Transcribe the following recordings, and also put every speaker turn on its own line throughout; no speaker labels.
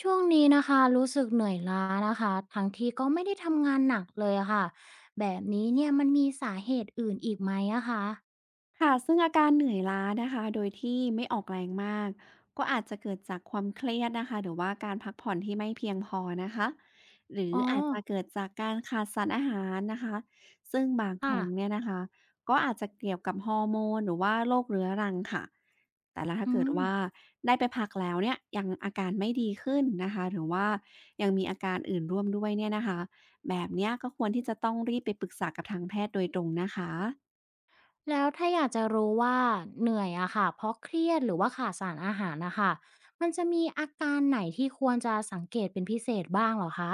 ช่วงนี้นะคะรู้สึกเหนื่อยล้านะคะทั้งที่ก็ไม่ได้ทำงานหนักเลยอะค่ะแบบนี้เนี่ยมันมีสาเหตุอื่นอีกไหมอะคะ
ค่ะซึ่งอาการเหนื่อยล้านะคะโดยที่ไม่ออกแรงมากก็อาจจะเกิดจากความเครียดนะคะหรือว่าการพักผ่อนที่ไม่เพียงพอนะคะหรือ
อ๋อ
อาจจะเกิดจากการขาดสารอาหารนะคะซึ่งบางค
ค่ะ
รั้งเนี่ยนะคะก็อาจจะเกี่ยวกับฮอร์โมนหรือว่าโรคเรื้อรังค่ะแต่ละถ้า
อื
เกิด
ม
ว่าได้ไปพักแล้วเนี่ยยังอาการไม่ดีขึ้นนะคะหรือว่ายังมีอาการอื่นร่วมด้วยเนี่ยนะคะแบบเนี้ยก็ควรที่จะต้องรีบไปปรึกษากับทางแพทย์โดยตรงนะคะ
แล้วถ้าอยากจะรู้ว่าเหนื่อยอะค่ะเพราะเครียดหรือว่าขาดสารอาหารนะคะมันจะมีอาการไหนที่ควรจะสังเกตเป็นพิเศษบ้างเหรอคะ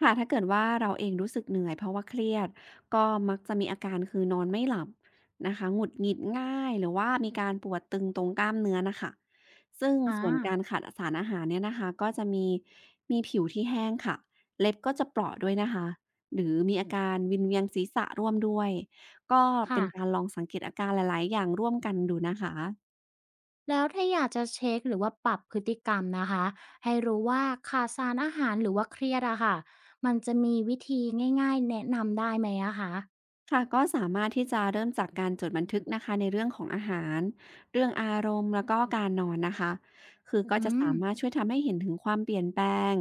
ค่ะถ้าเกิดว่าเราเองรู้สึกเหนื่อยเพราะว่าเครียดก็มักจะมีอาการคือนอนไม่หลับนะคะหงุดหงิดง่ายหรือว่ามีการปวดตึงตรงกล้ามเนื้อน่ะค่ะซึ่ง
อ่
ส่วนการ
า
ขาดสารอาหารเนี่ยนะคะก็จะมีผิวที่แห้งค่ะเล็บก็จะเปราะด้วยนะคะหรือมีอาการวิงเวียนศีรษะร่วมด้วยก็เป็
ค่ะ
นการลองสังเกตอาการหลายๆอย่างร่วมกันดูนะคะ
แล้วถ้าอยากจะเช็คหรือว่าปรับพฤติกรรมนะคะให้รู้ว่าขาดสารอาหารหรือว่าเครียดอะค่ะมันจะมีวิธีง่ายๆแนะนำได้ไหมอะคะ
ค่ะก็สามารถที่จะเริ่มจากการจดบันทึกนะคะในเรื่องของอาหารเรื่องอารมณ์แล้วก็การนอนนะคะคือก็ม
อื
จะ
ม
สามารถช่วยทำให้เห็นถึงความเปลี่ยนแปลง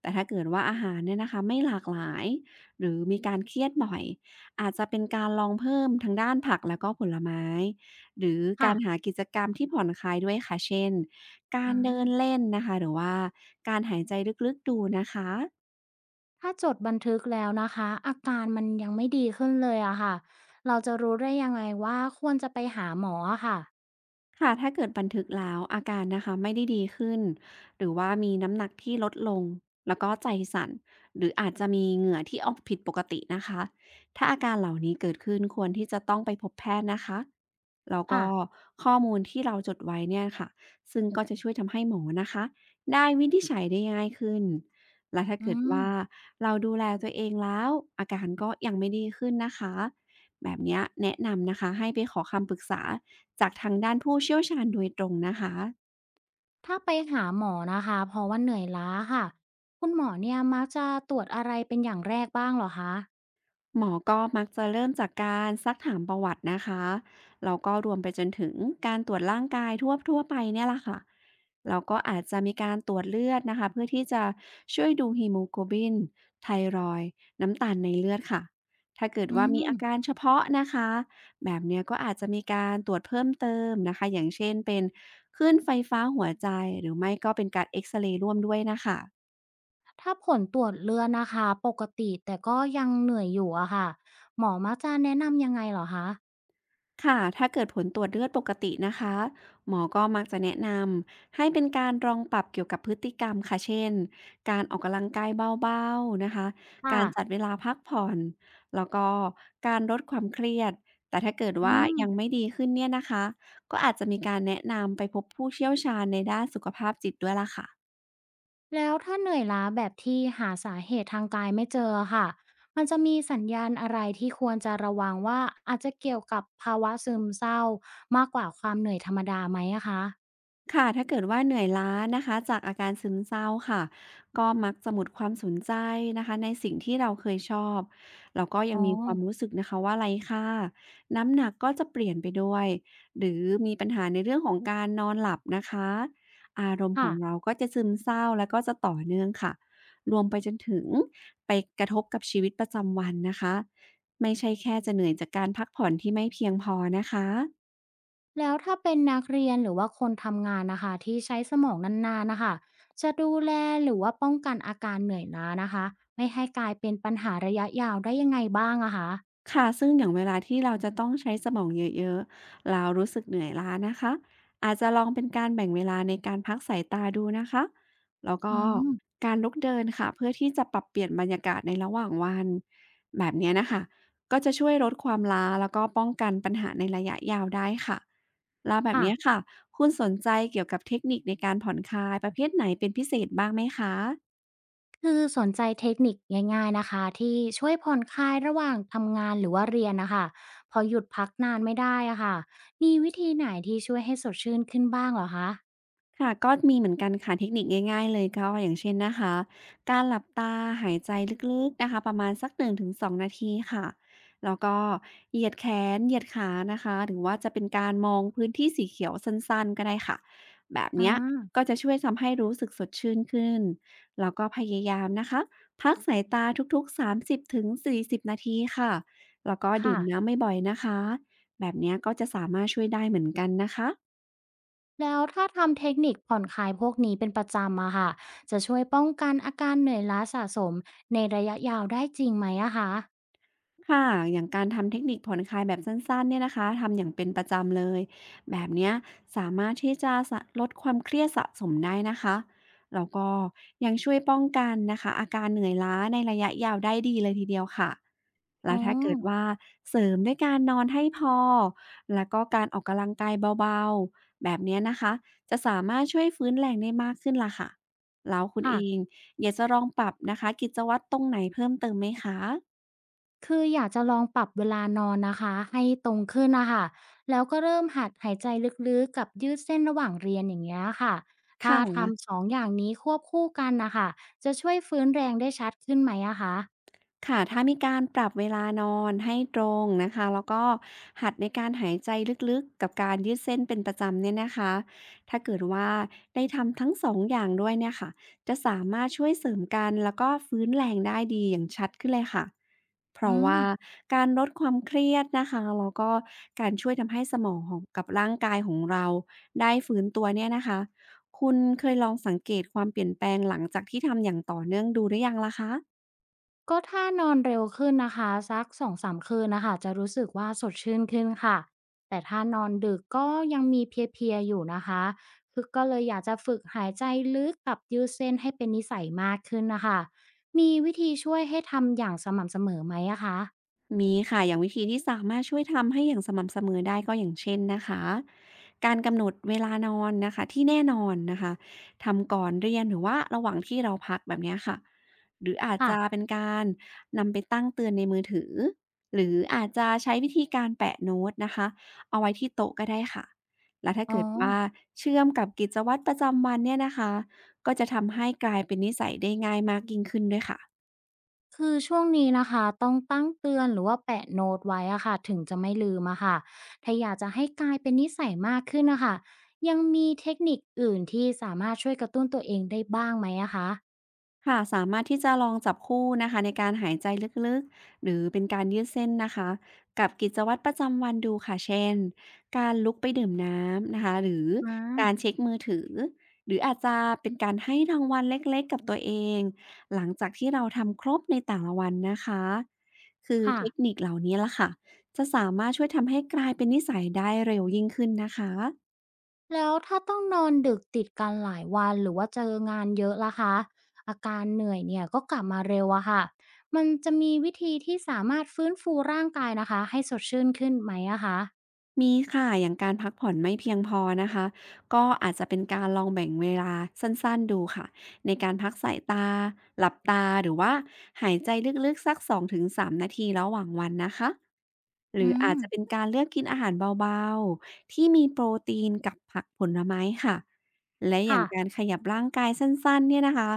แต่ถ้าเกิดว่าอาหารเนี่ยนะคะไม่หลากหลายหรือมีการเครียดบ่อยอาจจะเป็นการลองเพิ่มทางด้านผักแล้วก็ผลไม้หรือกา
ค่ะ
รหากิจกรรมที่ผ่อนคลายด้วยค่ะเช่นกา
อา
รเดินเล่นนะคะหรือว่าการหายใจลึกๆดูนะคะ
ถ้าจดบันทึกแล้วนะคะอาการมันยังไม่ดีขึ้นเลยอะค่ะเราจะรู้ได้ยังไงว่าควรจะไปหาหมออะค่ะ
ค่ะถ้าเกิดบันทึกแล้วอาการนะคะไม่ได้ดีขึ้นหรือว่ามีน้ำหนักที่ลดลงแล้วก็ใจสั่นหรืออาจจะมีเหงื่อที่ออกผิดปกตินะคะถ้าอาการเหล่านี้เกิดขึ้นควรที่จะต้องไปพบแพทย์นะคะแล้ว
ค่ะ
ก็ข้อมูลที่เราจดไว้เนี่ยค่ะซึ่งก็จะช่วยทำให้หมอนะคะได้วินิจฉัยได้ง่ายขึ้นและถ้า
อื
เกิด
ม
ว่าเราดูแลตัวเองแล้วอาการก็ยังไม่ดีขึ้นนะคะแบบเนี้ยแนะนำนะคะให้ไปขอคำปรึกษา จากทางด้านผู้เชี่ยวชาญโดยตรงนะคะ
ถ้าไปหาหมอนะคะเพราะว่าเหนื่อยล้าค่ะคุณหมอเนี่ยมักจะตรวจอะไรเป็นอย่างแรกบ้างเหรอคะ
หมอก็มักจะเริ่มจากการซักถามประวัตินะคะแล้วก็รวมไปจนถึงการตรวจร่างกายทั่วไปเนี่ยล่ะค่ะแล้วก็อาจจะมีการตรวจเลือดนะคะเพื่อที่จะช่วยดูฮีโมโกลบินไทรอยด์น้ำตาลในเลือดค่ะถ้าเกิด
อื
ว่ามี
ม
อาการเฉพาะนะคะแบบเนี้ยก็อาจจะมีการตรวจเพิ่มเติมนะคะอย่างเช่นเป็นคลื่นไฟฟ้าหัวใจหรือไม่ก็เป็นการเอ็กซเรย์ร่วมด้วยนะคะ
ถ้าผลตรวจเลือดนะคะปกติแต่ก็ยังเหนื่อยอยู่อะค่ะหมอมักจะแนะนำยังไงเหรอคะ
ค่ะถ้าเกิดผลตรวจเลือดปกตินะคะหมอก็มักจะแนะนำให้เป็นการลองปรับเกี่ยวกับพฤติกรรมค่ะเช่น การออกกำลังกายเบาๆนะคะ
ค่ะ
การจัดเวลาพักผ่อน แล้วก็การลดความเครียด แต่ถ้าเกิด
อื
ว่า
ม
ยังไม่ดีขึ้นเนี่ยนะคะ ก็อาจจะมีการแนะนำไปพบผู้เชี่ยวชาญในด้านสุขภาพจิตด้วยล่ะค่ะ
แล้วถ้าเหนื่อยล้าแบบที่หาสาเหตุทางกายไม่เจอค่ะมันจะมีสัญญาณอะไรที่ควรจะระวังว่าอาจจะเกี่ยวกับภาวะซึมเศร้ามากกว่าความเหนื่อยธรรมดาไหมอะคะ
ค่ะถ้าเกิดว่าเหนื่อยล้านะคะจากอาการซึมเศร้าค่ะก็มักจะหมดความสนใจนะคะในสิ่งที่เราเคยชอบแล้วก็ยัง
อ๋อ
มีความรู้สึกนะคะว่าไร้ค่าน้ำหนักก็จะเปลี่ยนไปด้วยหรือมีปัญหาในเรื่องของการนอนหลับนะคะอารมณ์ข
ค่ะ
องเราก็จะซึมเศร้าแล้วก็จะต่อเนื่องค่ะรวมไปจนถึงไปกระทบกับชีวิตประจำวันนะคะไม่ใช่แค่จะเหนื่อยจากการพักผ่อนที่ไม่เพียงพอนะคะ
แล้วถ้าเป็นนักเรียนหรือว่าคนทำงานนะคะที่ใช้สมองนานๆนะคะจะดูแลหรือว่าป้องกันอาการเหนื่อยล้านะคะไม่ให้กลายเป็นปัญหาระยะยาวได้ยังไงบ้างอะคะ
ค่ะซึ่งอย่างเวลาที่เราจะต้องใช้สมองเยอะๆแล้วรู้สึกเหนื่อยล้านะคะ อาจจะลองเป็นการแบ่งเวลาในการพักสายตาดูนะคะ แล้วก็
อืม
การลุกเดินค่ะเพื่อที่จะปรับเปลี่ยนบรรยากาศในระหว่างวันแบบเนี้ยนะคะ ก็จะช่วยลดความล้าแล้วก็ป้องกันปัญหาในระยะยาวได้ค่ะ แล้วแบบ
ค่ะ
เนี้ยค่ะคุณสนใจเกี่ยวกับเทคนิคในการผ่อนคลายประเภทไหนเป็นพิเศษบ้างไหมคะ
คือสนใจเทคนิคง่ายๆนะคะที่ช่วยผ่อนคลายระหว่างทำงานหรือว่าเรียนนะคะพอหยุดพักนานไม่ได้อะค่ะมีวิธีไหนที่ช่วยให้สดชื่นขึ้นบ้างเหรอคะ
ค่ะก็มีเหมือนกันค่ะเทคนิคง่ายๆเลยก็อย่างเช่นนะคะการหลับตาหายใจลึกๆนะคะประมาณสัก1-2นงถึงสองนาทีค่ะแล้วก็เหยียดแขนเหยียดขานะคะหรือว่าจะเป็นการมองพื้นที่สีเขียวสั้นๆก็ได้ค่ะแบบ
อ่
เนี้ย
า
ก็จะช่วยทำให้รู้สึกสดชื่นขึ้นแล้วก็พยายามนะคะพักสายตาทุกๆ30-40นาทีค่ะแล้วก็ดื่
ค่ะ
มน้ำไม่บ่อยนะคะแบบเนี้ยก็จะสามารถช่วยได้เหมือนกันนะคะ
แล้วถ้าทำเทคนิคผ่อนคลายพวกนี้เป็นประจำอะค่ะจะช่วยป้องกันอาการเหนื่อยล้าสะสมในระยะยาวได้จริงไหมอะคะ
ค่ะอย่างการทำเทคนิคผ่อนคลายแบบสั้นๆเนี่ยนะคะทำอย่างเป็นประจำเลยแบบเนี้ยสามารถที่จะสะลดความเครียดสะสมได้นะคะแล้วก็ยังช่วยป้องกันนะคะอาการเหนื่อยล้าในระยะยาวได้ดีเลยทีเดียวค่ะแล้
อ๋อ
วถ้าเกิดว่าเสริมด้วยการนอนให้พอแล้วก็การออกกำลังกายเบาๆแบบเนี้ยนะคะจะสามารถช่วยฟื้นแรงได้มากขึ้นล่ะค่ะแล้วคุณเอง
ค่ะ
อยากจะลองปรับนะคะกิจวัตรตรงไหนเพิ่มเติมไหมคะ
คืออยากจะลองปรับเวลานอนนะคะให้ตรงขึ้นนะคะแล้วก็เริ่มหัดหายใจลึกๆกับยืดเส้นระหว่างเรียนอย่างเงี้ยค่ะถ้า
ค่ะ
ทำสองอย่างนี้ควบคู่กันนะคะจะช่วยฟื้นแรงได้ชัดขึ้นไหมอะคะ
ค่ะถ้ามีการปรับเวลานอนให้ตรงนะคะแล้วก็หัดในการหายใจลึกๆกับการยืดเส้นเป็นประจำเนี่ยนะคะถ้าเกิดว่าได้ทำทั้งสองอย่างด้วยเนี่ยค่ะจะสามารถช่วยเสริมกันแล้วก็ฟื้นแรงได้ดีอย่างชัดขึ้นเลยค่ะเพ
อื
ราะ
ม
ว่าการลดความเครียดนะคะแล้วก็การช่วยทำให้สมองของกับร่างกายของเราได้ฟื้นตัวเนี่ยนะคะคุณเคยลองสังเกตความเปลี่ยนแปลงหลังจากที่ทำอย่างต่อเนื่องดูหรือยังล่ะคะ
ก็ถ้านอนเร็วขึ้นนะคะสัก2-3คืนนะคะจะรู้สึกว่าสดชื่นขึ้นค่ะแต่ถ้านอนดึกก็ยังมีเพลียๆอยู่นะคะคือก็เลยอยากจะฝึกหายใจลึกกับยืดเส้นให้เป็นนิสัยมากขึ้นนะคะมีวิธีช่วยให้ทำอย่างสม่ำเสมอไหมอะคะ
มีค่ะอย่างวิธีที่สามารถช่วยทำให้อย่างสม่ำเสมอได้ก็อย่างเช่นนะคะการกำหนดเวลานอนนะคะที่แน่นอนนะคะทำก่อนเรียนหรือว่าระหว่างที่เราพักแบบเนี้ยค่ะหรืออาจ
ค่ะ
จะเป็นการนำไปตั้งเตือนในมือถือหรืออาจจะใช้วิธีการแปะโน้ตนะคะเอาไว้ที่โต๊ะก็ได้ค่ะและถ้า
อ๋อ
เกิดว่าเชื่อมกับกิจวัตรประจำวันเนี่ยนะคะก็จะทำให้กลายเป็นนิสัยได้ง่ายมากยิ่งขึ้นด้วยค่ะ
คือช่วงนี้นะคะต้องตั้งเตือนหรือว่าแปะโน้ตไว้อะค่ะถึงจะไม่ลืมอะค่ะถ้าอยากจะให้กลายเป็นนิสัยมากขึ้นนะคะยังมีเทคนิคอื่นที่สามารถช่วยกระตุ้นตัวเองได้บ้างไหมอะคะ
ค่ะสามารถที่จะลองจับคู่นะคะในการหายใจลึกๆหรือเป็นการยืดเส้นนะคะกับกิจวัตรประจำวันดูค่ะเช่นการลุกไปดื่มน้ำนะคะหรือ
อ่
การ
า
เช็คมือถือหรืออาจจะเป็นการให้รางวัลเล็กๆกับตัวเองหลังจากที่เราทำครบในแต่ละวันนะคะคือ
ค่ะ
เทคนิคเหล่านี้ละค่ะจะสามารถช่วยทำให้กลายเป็นนิสัยได้เร็วยิ่งขึ้นนะคะ
แล้วถ้าต้องนอนดึกติดกันหลายวันหรือว่าเจองานเยอะล่ะคะอาการเหนื่อยเนี่ยก็กลับมาเร็วอะค่ะมันจะมีวิธีที่สามารถฟื้นฟูร่างกายนะคะให้สดชื่นขึ้นไหมอะคะ
มีค่ะอย่างการพักผ่อนไม่เพียงพอนะคะก็อาจจะเป็นการลองแบ่งเวลาสั้นๆดูค่ะในการพักสายตาหลับตาหรือว่าหายใจลึกๆสักสองถึงสามนาทีระหว่างวันนะคะหรื
อื
ออา
ม
จจะเป็นการเลือกกินอาหารเบาๆที่มีโปรตีนกับผักผลไม้ค่ะและอย่า
ค่ะ
งการขยับร่างกายสั้นๆเนี่ยนะคะ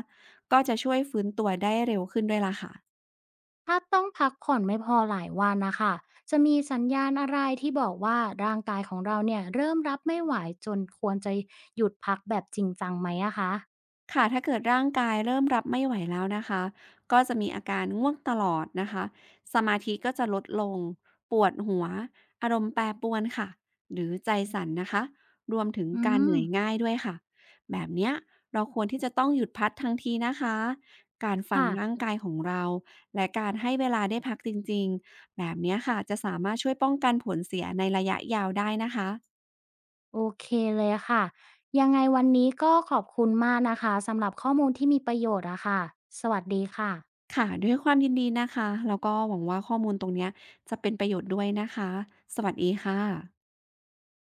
ก็จะช่วยฟื้นตัวได้เร็วขึ้นด้วยล่ะค่ะ
ถ้าต้องพักผ่อนไม่พอหลายวันนะคะ จะมีสัญญาณอะไรที่บอกว่าร่างกายของเราเนี่ยเริ่มรับไม่ไหวจนควรจะหยุดพักแบบจริงจังไหมอะคะ
ค่ะถ้าเกิดร่างกายเริ่มรับไม่ไหวแล้วนะคะก็จะมีอาการง่วงตลอดนะคะสมาธิก็จะลดลงปวดหัวอารมณ์แปรปรวนค่ะหรือใจสั่นนะคะรวมถึง
อื
การเห
ม
นื่อยง่ายด้วยค่ะแบบเนี้ยเราควรที่จะต้องหยุดพักทันทีนะคะการฟังร่า
ค่ะ
งกายของเราและการให้เวลาได้พักจริงๆแบบเนี้ยค่ะจะสามารถช่วยป้องกันผลเสียในระยะยาวได้นะคะ
โอเคเลยค่ะ ยังไงวันนี้ก็ขอบคุณมากนะคะสำหรับข้อมูลที่มีประโยชน์อะค่ะสวัสดีค่ะ
ค่ะด้วยความยินดีนะคะแล้วก็หวังว่าข้อมูลตรงเนี้ยจะเป็นประโยชน์ด้วยนะคะสวัสดีค่ะ